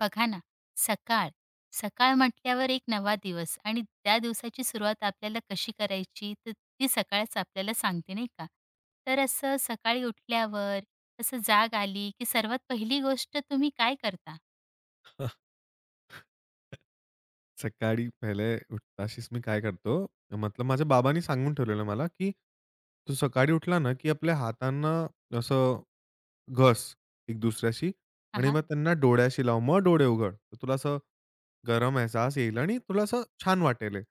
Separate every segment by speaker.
Speaker 1: बघा ना. सकाळ सकाळ म्हटल्यावर एक नवा दिवस आणि त्या दिवसाची सुरुवात आपल्याला कशी करायची तर ती सकाळच आपल्याला सांगते नाही का. तर असं सकाळी उठल्यावर असं जाग आली की सर्वात पहिली गोष्ट तुम्ही काय करता.
Speaker 2: हं. सकाळी पहिले उठताशीच मी काय करतो, मतलब माझ्या बाबांनी सांगून ठेवलेलं मला, की "तू सकाळी उठला ना, की आपल्या हातांना असं घस एक दुसऱ्याशी
Speaker 1: हा
Speaker 2: आणि
Speaker 1: हा
Speaker 2: मग त्यांना डोळ्याशी लाव. मग डोळे उघड. तर तुला असं गरम एहसास येईल आणि तुला असं छान वाटेल हे."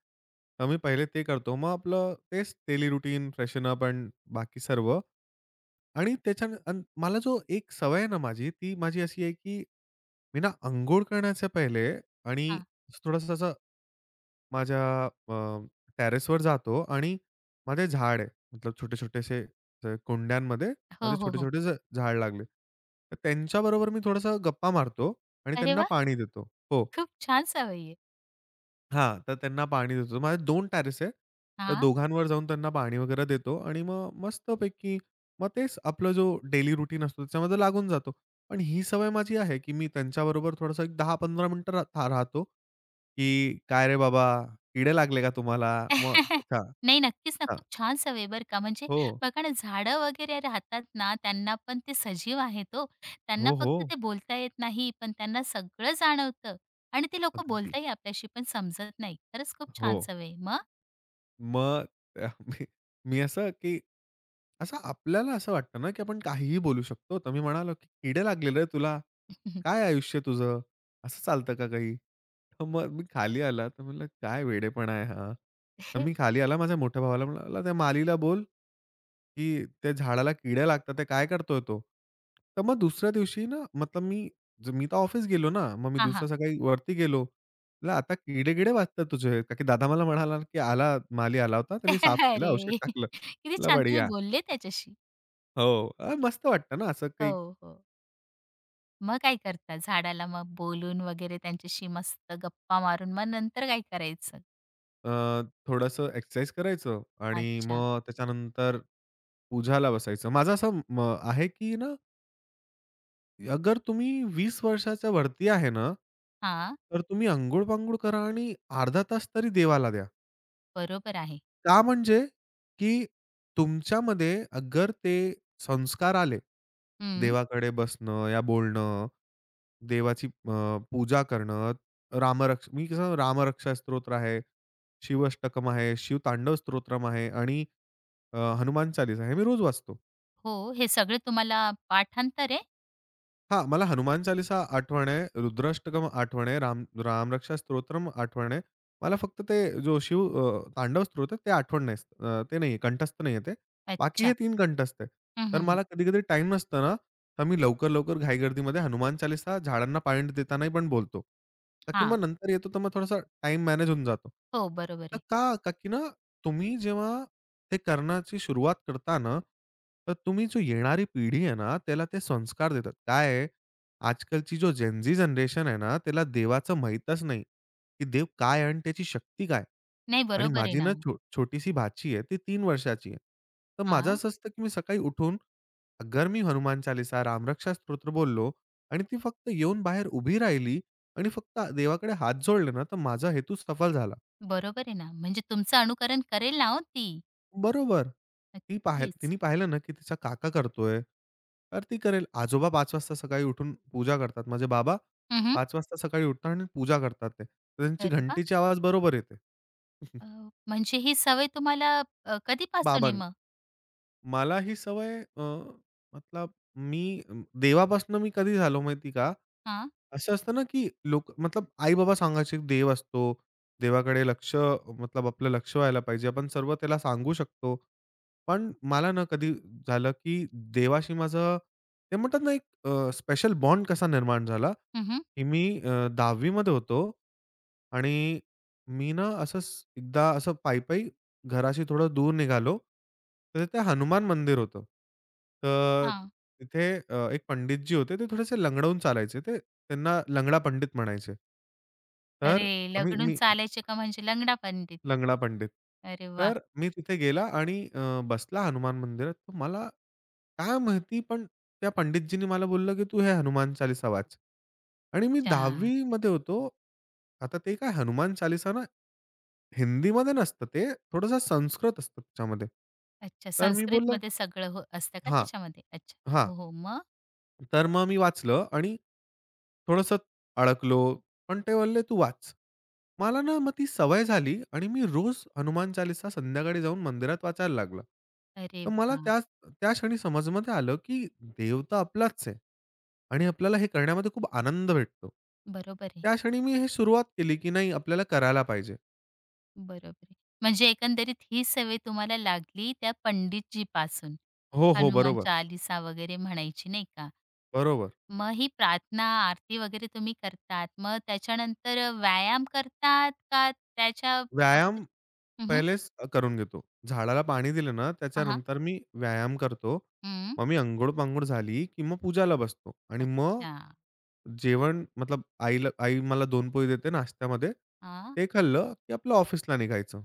Speaker 2: तर मी पहिले ते करतो. मग आपलं तेच डेली रूटीन, फ्रेशन अप आणि बाकी सर्व. आणि मला जो एक सवय आहे ना माझी, ती माझी अशी आहे की मी ना अंघोळ करण्याच्या पहिले आणि
Speaker 1: हा.
Speaker 2: थोडंसं असं माझ्या अ, टेरेसवर जातो आणि माझे झाड आहे. मतलब छोटे-छोटेसे कुंड्यांमध्ये माझे
Speaker 1: हो हो हो.
Speaker 2: छोटे-छोटे झाड लागले. तर त्यांच्याबरोबर मी थोडंसं गप्पा मारतो आणि
Speaker 1: अरे
Speaker 2: त्यांना
Speaker 1: वा.
Speaker 2: पाणी देतो. हो.
Speaker 1: खूप छान सवय आहे.
Speaker 2: हां, तर त्यांना पाणी देतो. माझे 2 टॅरेस आहे. तर दोघांवर जाऊन त्यांना पाणी वगैरे देतो आणि मग मस्तपैकी मग तेच आपला जो डेली रुटीन असतो त्याच्यामध्ये लागून जातो. पण ही सवय माझी आहे, की मी त्यांच्याबरोबर थोडंसं एक 10-15 मिनिटं रा था राहतो, की "काय रे बाबा, किडे लागले का तुम्हाला?" मग अच्छा,
Speaker 1: नाही, नक्कीच ना.
Speaker 2: हां.
Speaker 1: खूप छान सवय बरं का. म्हणजे
Speaker 2: हो,
Speaker 1: बघा ना, झाडं वगैरे राहतात ना, त्यांना पण ते सजीव आहेत हो. त्यांना
Speaker 2: हो, हो.
Speaker 1: फक्त ते बोलता येत नाही, पण त्यांना सगळं जाणवतं आणि ते लोकं
Speaker 2: अगदी.
Speaker 1: बोलताही आपल्याशी, पण समजत नाही. खरंच खूप
Speaker 2: हो.
Speaker 1: छान सवय आहे. मग?
Speaker 2: मग मी मी असं, की असं आपल्याला असं वाटतं ना, की आपण काहीही बोलू शकतो. तर मी म्हणालो, "की किडे लागलेले तुला. काय आयुष्य तुझं? असं चालतं का काही?" तर मग मी खाली आला, तर म्हटलं, "काय वेडेपणा आहे हा." तर मी खाली आला. माझ्या मोठ्या भावाला म्हणाला, "त्या मालीला बोल, की त्या झाडाला किड्या लागतात. ते काय करतोय तो?" तर मग दुसऱ्या दिवशी ना, मतलब मी मी तर ऑफिस गेलो ना. मग मी
Speaker 1: हां,
Speaker 2: दुसऱ्या
Speaker 1: हां.
Speaker 2: सकाळी वरती गेलो. म्हटलं, "आता किडे-किडे वाचतात तुझे." का की दादा मला म्हणाला, की "आला माली आला होता. त्यांनी साफ केलं, औषध
Speaker 1: अरे!
Speaker 2: टाकलं."
Speaker 1: किती
Speaker 2: म्हटलं,
Speaker 1: छान तुम्ही
Speaker 2: "बढिया."
Speaker 1: बोलले त्याच्याशी.
Speaker 2: हो. अ, मस्त वाटतं ना असं
Speaker 1: हो,
Speaker 2: काही.
Speaker 1: हो. मग काय करता झाडाला मग बोलून वगैरे त्यांच्याशी मस्त गप्पा मारून मग नंतर काय करायचं?
Speaker 2: अ, थोडंसं एक्सरसाइज करायचं आणि
Speaker 1: अच्छा.
Speaker 2: मग त्याच्यानंतर पूजाला बसायचं. माझं असं आहे, की ना अगर तुम्ही 20 वर्षाच्या वरती आहे ना,
Speaker 1: हां,
Speaker 2: तर तुम्ही अंघोळ-पांघोळ करा आणि अर्धा तास तरी देवाला द्या.
Speaker 1: बरोबर आहे.
Speaker 2: का म्हणजे, की तुमच्यामध्ये अगर ते संस्कार आले, देवाकडे बसणं या बोलणं, देवाची पूजा करणं, रामरक्ष मी कसं रामरक्षा स्तोत्र आहे, शिवअष्टकम् आहे, शिवतांडव स्तोत्रम आहे आणि हनुमान चालीसा हे मी रोज वाचतो.
Speaker 1: हो, हे सगळे तुम्हाला पाठांतर आहे?
Speaker 2: हां, मला हनुमान चालीसा आठवण आहे, रुद्राष्टकम आठवण आहे, रामरक्षा स्तोत्रम आठवण आहे. मला फक्त ते जो शिव तांडव स्तोत्र आहे ते आठवण नाही. अ, ते नाहीये, कंठस्थ नाहीये ते. बाकी हे
Speaker 1: अच्छा.
Speaker 2: तीन कंठस्थ आहे.
Speaker 1: हं,
Speaker 2: तर
Speaker 1: हं, हं.
Speaker 2: मला कधी-कधी टाईम नसतो ना, तर मी लवकर-लवकर घाईगर्दीमध्ये हनुमान चालीसा झाडांना पाणी देतानाही पण बोलतो. का की
Speaker 1: हां.
Speaker 2: मग नंतर येतो तर मग थोडासा टाईम मॅनेज होऊन जातो.
Speaker 1: हो, बरोबर
Speaker 2: तर
Speaker 1: आहे.
Speaker 2: का? का की ना तुम्ही जेव्हा ते करण्याची सुरुवात करता ना, तर तुम्ही जो येणारी पिढी आहे ना, त्याला ते संस्कार देतात. काय आहे, आजकालची जो जेन जनरेशन आहे ना, त्याला देवाचं माहीतच नाही, की देव काय आहे आणि त्याची शक्ती काय?
Speaker 1: नाही
Speaker 2: आणि
Speaker 1: बरोबर आहे
Speaker 2: माझी
Speaker 1: ना.
Speaker 2: ना छोटीशी भाची आहे, ती तीन वर्षाची आहे. तर माझं
Speaker 1: हां,
Speaker 2: असं असतं, की मी सकाळी उठून अगर मी हनुमान चालीसा, रामरक्षा स्तोत्र बोललो आणि ती फक्त येऊन बाहेर उभी राहिली, आणि फक्त देवाकडे हात जोडले ना, तर माझा हेतूच सफल झाला.
Speaker 1: बरोबर आहे ना. म्हणजे तुमचं अनुकरण करेल ना हो ती.
Speaker 2: बरोबर, ती पाह
Speaker 1: नक्कीच.
Speaker 2: तिने पाहिलं ना, की तिचा काका करतोय, तर ती करेल. आजोबा 5 वाजता सकाळी उठून पूजा करतात. माझे बाबा
Speaker 1: हं, हं.
Speaker 2: 5 वाजता सकाळी उठतात आणि पूजा करतात ते. तर त्यांची
Speaker 1: अरे वा.
Speaker 2: घंटीची आवाज बरोबर येते.
Speaker 1: अ, म्हणजे ही सवय तुम्हाला कधीपासून आहे
Speaker 2: बाबां
Speaker 1: मग?
Speaker 2: मला ही सवय मतलब देवापासून मी कधी झालो माहिती का?
Speaker 1: हां.
Speaker 2: असं असतं ना, की लोक मतलब आई-बाबा सांगायचे देव असतो. देवाकडे लक्ष मतलब आपलं लक्ष व्हायला पाहिजे. आपण सर्व त्याला सांगू शकतो. पण मला ना कधी झालं, की देवाशी माझं ते म्हणतात ना, एक स्पेशल बॉन्ड कसा निर्माण झाला,
Speaker 1: हं, हं.
Speaker 2: की मी 10वी मध्ये होतो आणि मी ना असंच एकदा असं पायी-पायी घराशी थोडं दूर निघालो. तर तिथे हनुमान मंदिर होतं. तर
Speaker 1: हां.
Speaker 2: तिथे एक पंडितजी होते. ते थोडेसे लंगडवून चालायचे. ते त्यांना लंगडा पंडित म्हणायचे. तर
Speaker 1: अरे,
Speaker 2: आम्ही
Speaker 1: लग्नून
Speaker 2: मी
Speaker 1: चालायचे का म्हणजे लंगडा पंडित?
Speaker 2: लंगडा पंडित.
Speaker 1: अरे वाह!
Speaker 2: तर मी तिथे गेला आणि बसला हनुमान मंदिरात. तर मला काय माहिती पण त्या पंडितजींनी मला बोललं, की "तू हे हनुमान चालीसा वाच." आणि मी
Speaker 1: अच्छा.
Speaker 2: 10वी मध्ये होतो. आता ते काय हनुमान चालीसा ना हिंदीमध्ये नसतं ते, थोडंसं संस्कृत असतं त्याच्यामध्ये.
Speaker 1: अच्छा,
Speaker 2: तर मी बोललो
Speaker 1: संस्कृतमध्ये सगळं हो असतं का
Speaker 2: हां,
Speaker 1: त्याच्यामध्ये? अच्छा.
Speaker 2: हां.
Speaker 1: हो, हो. मग?
Speaker 2: तर मग मी वाचलं आणि थोडंसं अडकलो. पण ते बोलले, "तू वाच." मला ना मग ती सवय झाली आणि मी रोज हनुमान चालीसा संध्याकाळी जाऊन मंदिरात वाचायला लागला.
Speaker 1: अरे
Speaker 2: तर मला
Speaker 1: वाह!
Speaker 2: त्या त्या क्षणी समजमध्ये आलं, की देव तर आपलाच आहे आणि आपल्याला हे करण्यामध्ये खूप आनंद भेटतो.
Speaker 1: बरोबर आहे.
Speaker 2: त्या क्षणी मी हे सुरुवात केली, की नाही आपल्याला करायला पाहिजे.
Speaker 1: बरोबर आहे. म्हणजे एकंदरीत ही सवय तुम्हाला लागली त्या पंडितजीपासून.
Speaker 2: हो, हो.
Speaker 1: हनुमान चालीसा वगैरे म्हणायची नाही का?
Speaker 2: बरोबर.
Speaker 1: मग ही प्रार्थना, आरती वगैरे तुम्ही करतात. मग त्याच्यानंतर व्यायाम करतात का त्याच्या अगोदर?
Speaker 2: व्यायाम
Speaker 1: हं, हं.
Speaker 2: पहिलेच करून घेतो. झाडाला पाणी दिलं ना,
Speaker 1: हां, हां.
Speaker 2: त्याच्यानंतर मी व्यायाम करतो. मग मी अंघोळ-पांघोळ झाली, की मग पूजाला बसतो आणि मग
Speaker 1: अच्छा.
Speaker 2: जेवण मतलब आई मला दोन पोळी देते नाश्त्यामध्ये.
Speaker 1: हां.
Speaker 2: ते खाल्लं, की आपलं ऑफिसला निघायचं.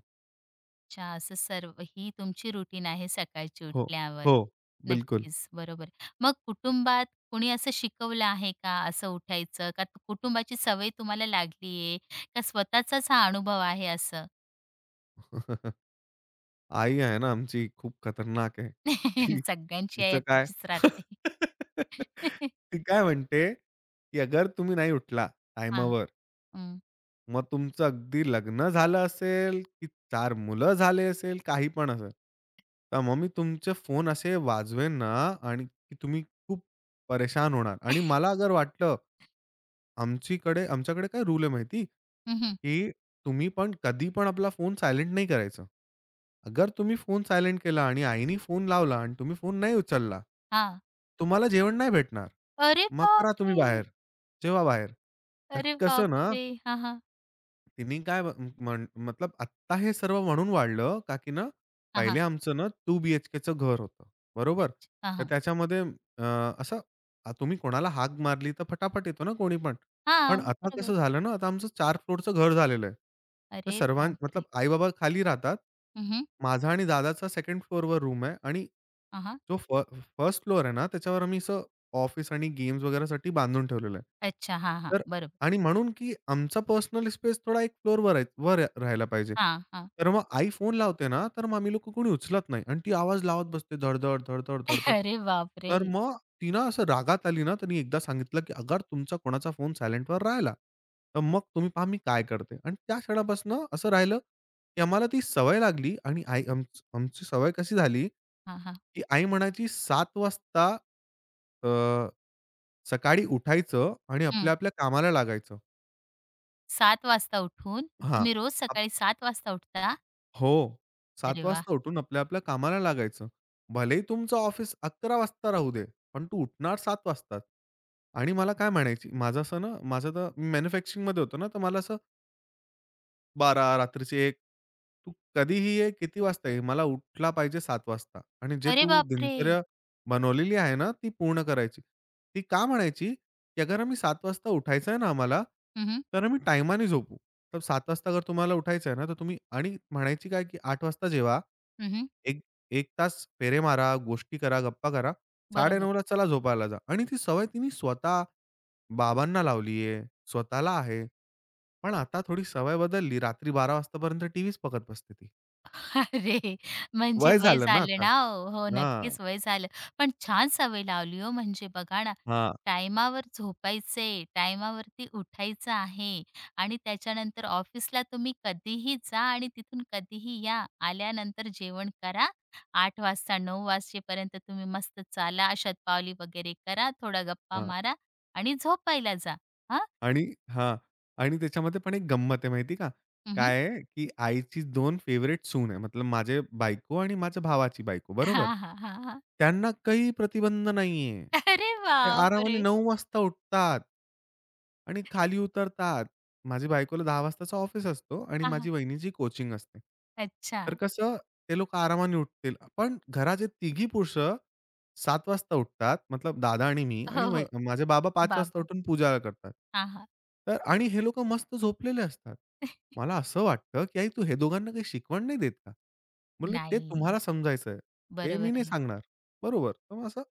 Speaker 1: अच्छा, असं सर्व ही तुमची रुटीन आहे सकाळची
Speaker 2: हो,
Speaker 1: उठल्यावर.
Speaker 2: हो, बिलकुल.
Speaker 1: नक्कीच, बरोबर. मग कुटुंबात कुणी असं शिकवलं आहे का असं उठायचं? कुटुंबाची सवय तुम्हाला लागली आहे? का स्वतःचाच हा अनुभव आहे असं?
Speaker 2: आई आहे ना आमची, खूप खतरनाक आहे. ती
Speaker 1: सगळ्यांची
Speaker 2: तिचं
Speaker 1: आहे
Speaker 2: काय
Speaker 1: तशीच राहते.
Speaker 2: ती काय म्हणते, की अगर तुम्ही नाही उठला
Speaker 1: हां,
Speaker 2: टायमावर,
Speaker 1: हं.
Speaker 2: मग तुमचं अगदी लग्न झालं असेल, की 4 मुलं झाले असेल, काही पण असेल. तर मग मी तुमचे फोन असे वाजवेन ना आणि की तुम्ही खूप परेशान होणार. आणि मला अगर वाटलं, आमच्याकडे काय रूल आहे माहिती?
Speaker 1: हं, हं.
Speaker 2: की तुम्ही पण कधी पण आपला फोन सायलेंट नाही करायचा. अगर तुम्ही फोन सायलेंट केला आणि आईनी फोन लावला आणि तुम्ही फोन नाही उचलला, तुम्हाला जेवण नाही भेटणार.
Speaker 1: अरे
Speaker 2: मग करा तुम्ही
Speaker 1: बापरे!
Speaker 2: बाहेर, जेवा बाहेर. का की
Speaker 1: अरे
Speaker 2: कसं ना,
Speaker 1: बापरे! हां, हां.
Speaker 2: तिनी काय म म्हण मतलब आत्ता हे सर्व म्हणून वाढलं, का की ना
Speaker 1: हां,
Speaker 2: पहिले
Speaker 1: हां.
Speaker 2: आमचं ना 2 बीएचकेचं घर होतं, बरोबर?
Speaker 1: अच्छा. हां,
Speaker 2: तर
Speaker 1: हां.
Speaker 2: त्याच्यामध्ये अ, असं तुम्ही कोणाला हाक मारली तर फटाफट येतो ना कोणी पण. पण
Speaker 1: हां,
Speaker 2: आता कसं
Speaker 1: बरोबर.
Speaker 2: झालं ना, आता आमचं 4 फ्लोरचं घर झालेलं आहे. तर
Speaker 1: अरे
Speaker 2: मतलब
Speaker 1: बापरे!
Speaker 2: आई-बाबा खाली राहतात.
Speaker 1: हं, हं.
Speaker 2: माझा आणि दादाचा 2nd फ्लोरवर रूम आहे आणि
Speaker 1: हां,
Speaker 2: जो फर्स्ट फ्लोर आहे ना, त्याच्यावर आम्ही असं ऑफिस आणि गेम्स वगैरेसाठी बांधून ठेवलेलं आहे.
Speaker 1: अच्छा. हां, हां. बरोबर.
Speaker 2: आणि म्हणून की आमचा पर्सनल स्पेस थोडा एक फ्लोअरवर आहे, वर राहायला पाहिजे.
Speaker 1: हां,
Speaker 2: तर मग आई फोन लावते ना, तर मग आम्ही लोकं कोणी उचलत नाही आणि ती आवाज लावत बसते धड-धड, धड-धड, धड.
Speaker 1: अरे बापरे!
Speaker 2: तर मग ती ना असं रागात आली ना, तिने एकदा सांगितलं, की "अगर तुमचा कोणाचा फोन सायलेंटवर राहिला, तर मग तुम्ही पहा मी काय करते." आणि त्या क्षणापासून असं राहिलं, की आम्हाला ती सवय लागली आणि आई आमची सवय कशी झाली,
Speaker 1: हां, हां.
Speaker 2: की आई म्हणायची 7 वाजता अ, सकाळी उठायचं आणि
Speaker 1: हं.
Speaker 2: आपल्या-आपल्या कामाला लागायचं.
Speaker 1: 7 वाजता उठून
Speaker 2: हां.
Speaker 1: तुम्ही रोज
Speaker 2: आप
Speaker 1: सकाळी 7 वाजता उठता?
Speaker 2: हो. 7
Speaker 1: अरे वाह!
Speaker 2: वाजता उठून आपल्या-आपल्या कामाला लागायचं. भलेही तुमचं ऑफिस 11 वाजता राहू दे, पण तू उठणार 7 वाजताच. आणि मला काय म्हणायची, माझं असं ना माझं तर मॅन्युफॅक्चरिंगमध्ये होतं ना, तर मला असं 12 रात्रीची 1, तू कधीही ये, किती वाजता ये, मला उठला पाहिजे 7 वाजता आणि जे
Speaker 1: अरे
Speaker 2: तू
Speaker 1: बापरे!
Speaker 2: दिनचर्या बनवलेली आहे ना, ती पूर्ण करायची. ती का म्हणायची, की "अगर आम्ही 7 वाजता उठायचं आहे ना आम्हाला,
Speaker 1: हं, हं.
Speaker 2: तर आम्ही टाईमाने झोपू." तर 7 वाजता अगर तुम्हाला उठायचं आहे ना, तर तुम्ही आणि म्हणायची काय, की "8 वाजता जेवा,
Speaker 1: हं, हं.
Speaker 2: एक 1 तास फेरे मारा, गोष्टी करा, गप्पा करा,
Speaker 1: बरोबर.
Speaker 2: 9:30ला चला झोपायला जा." आणि ती सवय तिने स्वतः बाबांना लावली आहे, स्वतःला आहे. पण आता थोडी सवय बदलली. रात्री बारा वाजतापर्यंत टीव्हीच बघत बसते ती.
Speaker 1: अरे! म्हणजे
Speaker 2: वय
Speaker 1: वय
Speaker 2: झालं ना
Speaker 1: झालं
Speaker 2: आता.
Speaker 1: ना हो. हो,
Speaker 2: हां,
Speaker 1: नक्कीच वय झालं. पण छान सवय लावली हो म्हणजे बघा ना,
Speaker 2: हां,
Speaker 1: टायमावर झोपायचंय, टायमावरती उठायचं आहे आणि त्याच्यानंतर ऑफिसला तुम्ही कधीही जा आणि तिथून कधीही या. आल्यानंतर जेवण करा. 8 वाजता 9 वाजेपर्यंत तुम्ही मस्त चाला, शतपावली वगैरे करा, थोडा गप्पा
Speaker 2: हां.
Speaker 1: मारा आणि झोपायला जा. हां.
Speaker 2: आणि हां. आणि त्याच्यामध्ये पण एक गंमत आहे माहिती का?
Speaker 1: हं, हं.
Speaker 2: काय आहे, की आईची दोन फेवरेट सून आहे. मतलब माझे बायको आणि माझ्या भावाची बायको, बरोबर?
Speaker 1: हां, हां, हां, हां.
Speaker 2: त्यांना काही प्रतिबंध नाहीये.
Speaker 1: अरे
Speaker 2: ते आरामाने
Speaker 1: बापरे!
Speaker 2: 9 वाजता उठतात आणि खाली उतरतात. माझी बायकोला 10 वाजताचा ऑफिस असतो आणि
Speaker 1: हां, हां.
Speaker 2: माझी वहिनीची कोचिंग असते.
Speaker 1: अच्छा.
Speaker 2: तर कसं, ते लोकं आरामाने उठतील. पण घराचे तिघी पुरुष 7 वाजता उठतात, मतलब दादा आणि मी आणि
Speaker 1: हो, हो.
Speaker 2: माझे बाबा पाच वाजता
Speaker 1: बाप
Speaker 2: उठून पूजा करतात.
Speaker 1: हां, हां.
Speaker 2: तर आणि हे लोकं मस्त झोपलेले असतात. मला असं वाटतं, की आई तू हे दोघांना काही शिकवण नाही देत का? म्हणले, "ते
Speaker 1: नाही.
Speaker 2: तुम्हाला समजायचं आहे. ते मी
Speaker 1: बरोबर
Speaker 2: नाही
Speaker 1: आहे.
Speaker 2: सांगणार." बरोबर. तर मग असं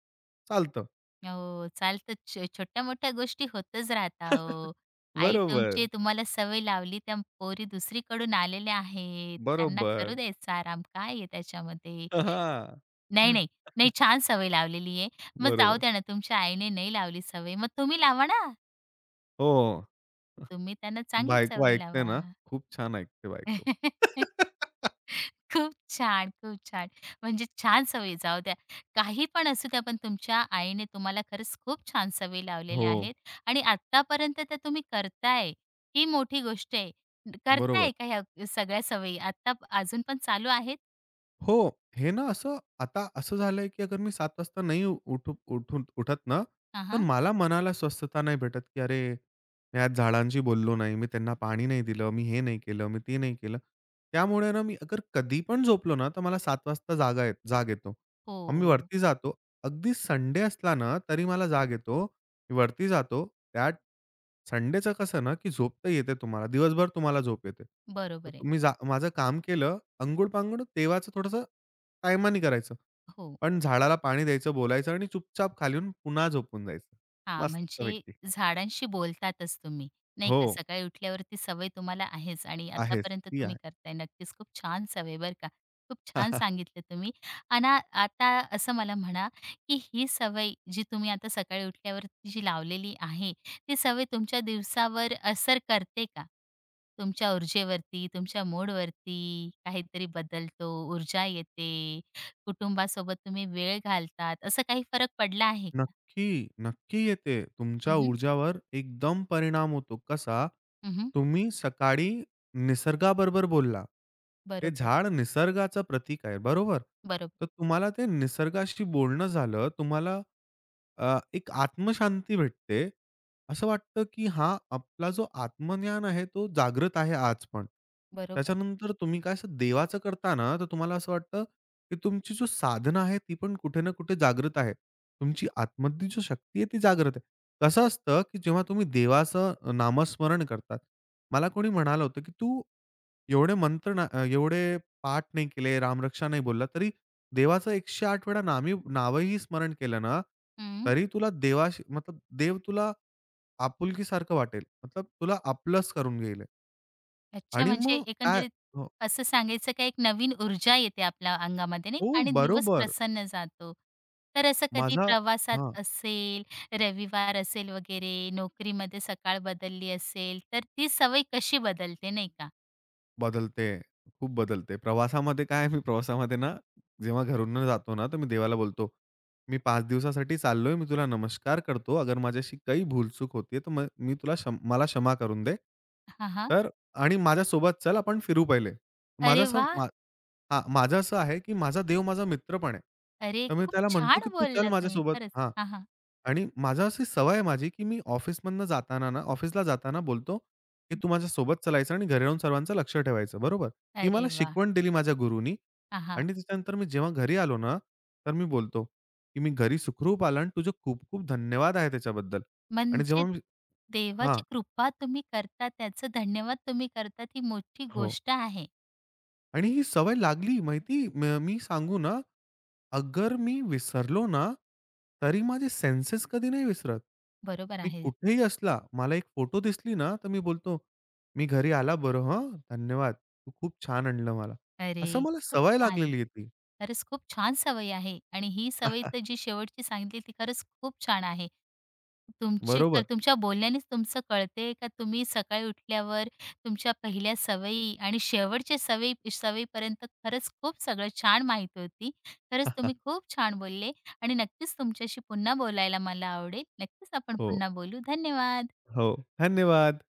Speaker 2: चालतं.
Speaker 1: हो, चालतं. छोट्या-मोठ्या गोष्टी होतच राहतात हो. आई तुमची
Speaker 2: बरोबर,
Speaker 1: तुम्हाला सवय लावली, त्या पोरी दुसरीकडून आलेल्या आहेत. त्यांना करू
Speaker 2: बरोबर.
Speaker 1: द्यायचा आराम. काय आहे त्याच्यामध्ये?
Speaker 2: हां.
Speaker 1: नाही, नाही. नाही, छान सवय लावलेली आहे. मग जाऊ
Speaker 2: बरोबर.
Speaker 1: द्या ना, तुमच्या आईने नाही लावली सवय, मग तुम्ही लावा ना.
Speaker 2: हो.
Speaker 1: तुम्ही त्यांना चांगली
Speaker 2: बायको
Speaker 1: सवय
Speaker 2: ऐकते
Speaker 1: लावा.
Speaker 2: ना, खूप छान ऐकते बायको.
Speaker 1: खूप छान, खूप छान. म्हणजे छान सवयी जाऊ द्या. काही पण असू द्या, पण तुमच्या आईने तुम्हाला खरंच खूप छान सवयी
Speaker 2: हो,
Speaker 1: लावलेल्या आहेत आणि आत्तापर्यंत त्या तुम्ही करताय, ही मोठी गोष्ट आहे.
Speaker 2: बरोबर.
Speaker 1: करताय का ह्या सगळ्या सवयी? आत्ता अजून पण चालू आहेत?
Speaker 2: हो, हे ना असं आता असं झालंय, की अगर मी 7 वाजता नाही उ- उठू उठून उठत ना, तर
Speaker 1: हां,
Speaker 2: मला मनाला स्वस्थता नाही भेटत, की अरे, मी आज झाडांशी बोललो नाही, मी त्यांना पाणी नाही दिलं, मी हे नाही केलं, मी ते नाही केलं. त्यामुळे ना मी अगर कधी पण झोपलो ना, तर मला 7 वाजता जाग येतो. मग मी
Speaker 1: हो,
Speaker 2: वरती जातो. अगदी संडे असला ना, तरी मला जाग येतो. वरती जातो, त्या संडेचं कसं ना, की झोप तर येते तुम्हाला. दिवसभर तुम्हाला झोप येते. तर
Speaker 1: बरोबर आहे.
Speaker 2: तुम्ही जा, माझं काम केलं, अंघोळ-पांघोळ तेव्हाचं थोडंसं टायमानी करायचं.
Speaker 1: हो.
Speaker 2: पण झाडाला पाणी द्यायचं, बोलायचं आणि चुपचाप खाली येऊन पुन्हा झोपून जायचं.
Speaker 1: हां, म्हणजे
Speaker 2: मस्तपैकी.
Speaker 1: झाडांशी बोलतातच तुम्ही, नाही
Speaker 2: हो,
Speaker 1: का. सकाळी उठल्यावरती सवय तुम्हाला आहेच आणि
Speaker 2: आहेच.
Speaker 1: आतापर्यंत
Speaker 2: ती
Speaker 1: तुम्ही
Speaker 2: आहे.
Speaker 1: करताय. नक्कीच खूप छान सवय बरं का. खूप छान सांगितलं तुम्ही. आणि आता असं मला म्हणा, की ही सवय जी तुम्ही आता सकाळी उठल्यावरती जी लावलेली आहे, ती सवय तुमच्या दिवसावर असर करते का? तुमच्या ऊर्जेवरती, तुमच्या मूडवरती काहीतरी बदलतो, ऊर्जा येते, कुटुंबासोबत तुम्ही वेळ घालतात, असा काही फरक पडला आहे का?
Speaker 2: नक्की, नक्की येते. तुमच्या
Speaker 1: हं, हं.
Speaker 2: ऊर्जावर एकदम परिणाम होतो. कसा? तुम्ही सकाळी निसर्गाबरोबर बोलला. ते
Speaker 1: बरोबर,
Speaker 2: झाड निसर्गाचं प्रतीक आहे, बरोबर?
Speaker 1: बरोबर,
Speaker 2: तर तुम्हाला ते निसर्गाशी बोलणं झालं. तुम्हाला एक आत्मशांती भेटते. असं वाटतं, की हा आपला जो आत्मज्ञान आहे, तो जागृत आहे आज पण.
Speaker 1: बरोबर.
Speaker 2: त्याच्यानंतर तुम्ही काय असं देवाचं करता ना, तर तुम्हाला असं वाटतं, की तुमची जो साधना आहे, ती पण कुठे ना कुठे जागृत आहे. तुमची आतमधली जी शक्ती आहे, ती जागृत आहे. कसं असतं, की जेव्हा तुम्ही देवाचं नामस्मरण करतात. मला कोणी म्हणालं होतं, की "तू एवढे मंत्र ना एवढे पाठ नाही केले, रामरक्षा नाही बोलला, तरी देवाचं 108 वेळा नावही स्मरण केलं ना,
Speaker 1: हं.
Speaker 2: तरी तुला देवाशी मतलब देव तुला आपुलकीसारखं वाटेल. मतलब तुला आपलंच करून घेईल."
Speaker 1: अच्छा,
Speaker 2: आणि
Speaker 1: म्हणजे
Speaker 2: मग काय,
Speaker 1: एकंदरीत
Speaker 2: हो,
Speaker 1: असं सांगायचं का एक नवीन ऊर्जा येते आपल्या अंगामध्ये नाही
Speaker 2: हो,
Speaker 1: का आणि दिवस
Speaker 2: बरोबर.
Speaker 1: प्रसन्न जातो. तर असं कधी
Speaker 2: माझा
Speaker 1: प्रवासात
Speaker 2: हां.
Speaker 1: असेल, रविवार असेल वगैरे, नोकरीमध्ये सकाळ बदलली असेल, तर ती सवय कशी बदलते नाही का?
Speaker 2: बदलते. खूप बदलते. प्रवासामध्ये काय, मी प्रवासामध्ये ना, जेव्हा घरून जातो ना, तर मी देवाला बोलतो, "मी 5 दिवसासाठी चाललोय. मी तुला नमस्कार करतो. अगर माझ्याशी काही भूलचूक होतीये, तर मग मी तुला क्षम मला क्षमा करून दे.
Speaker 1: हां, हां.
Speaker 2: तर आणि माझ्यासोबत चल, आपण फिरू पहिले." माझं
Speaker 1: अरे
Speaker 2: असं
Speaker 1: वाह!
Speaker 2: मा हां, माझं असं आहे, की माझा देव माझा मित्र पण आहे.
Speaker 1: अरे,
Speaker 2: तर मी
Speaker 1: खूप
Speaker 2: त्याला म्हणतो, की
Speaker 1: छान
Speaker 2: "तू चल
Speaker 1: बोलला तुम्ही
Speaker 2: माझ्यासोबत."
Speaker 1: खरंच.
Speaker 2: हां.
Speaker 1: हां, हां.
Speaker 2: आणि माझं अशी सवय आहे माझी, की मी ऑफिसमधनं जाताना ना, ऑफिसला जाताना बोलतो, की हं, "तू माझ्यासोबत चालायचं आणि घरी राहून सर्वांचं लक्ष ठेवायचं." बरोबर? ही मला
Speaker 1: अरे वाह!
Speaker 2: शिकवण दिली माझ्या गुरुनी.
Speaker 1: हां, हां.
Speaker 2: आणि त्याच्यानंतर मी जेव्हा घरी आलो ना, तर मी बोलतो, की "मी घरी सुखरूप आला आणि तुझे खूप-खूप धन्यवाद आहे त्याच्याबद्दल." आणि
Speaker 1: म्हणजे
Speaker 2: जेव्हा मी हां.
Speaker 1: देवाची कृपा तुम्ही करता, त्याचं धन्यवाद तुम्ही करता, ती मोठी
Speaker 2: हो.
Speaker 1: गोष्ट आहे.
Speaker 2: आणि ही सवय लागली माहिती, मी सांगू ना, अगर मी विसरलो ना, तरी माझे सेन्सेस कधी नाही विसरत.
Speaker 1: बरोबर
Speaker 2: मी
Speaker 1: आहे.
Speaker 2: कुठेही असला, मला एक फोटो दिसली ना, तर मी बोलतो, "मी घरी आला बरं हं, धन्यवाद. तू खूप छान आणलं मला." असं
Speaker 1: अरे,
Speaker 2: मला
Speaker 1: खूप
Speaker 2: सवय
Speaker 1: छान!
Speaker 2: लागलेली आहे ती.
Speaker 1: खरंच खूप छान सवय आहे आणि ही सवय तर जी शेवटची सांगितली ती खरंच खूप छान आहे. तुमची
Speaker 2: बरोबर.
Speaker 1: तुमच्या बोलण्यानेच तुमचं कळते का तुम्ही सकाळी उठल्यावर तुमच्या पहिल्या सवयी आणि शेवटच्या सवयी सवयीपर्यंत खरंच खूप सगळं छान माहिती होती. खरंच तुम्ही खूप छान बोलले आणि नक्कीच तुमच्याशी पुन्हा बोलायला मला आवडेल. नक्कीच आपण
Speaker 2: हो.
Speaker 1: पुन्हा बोलू. धन्यवाद.
Speaker 2: हो. धन्यवाद.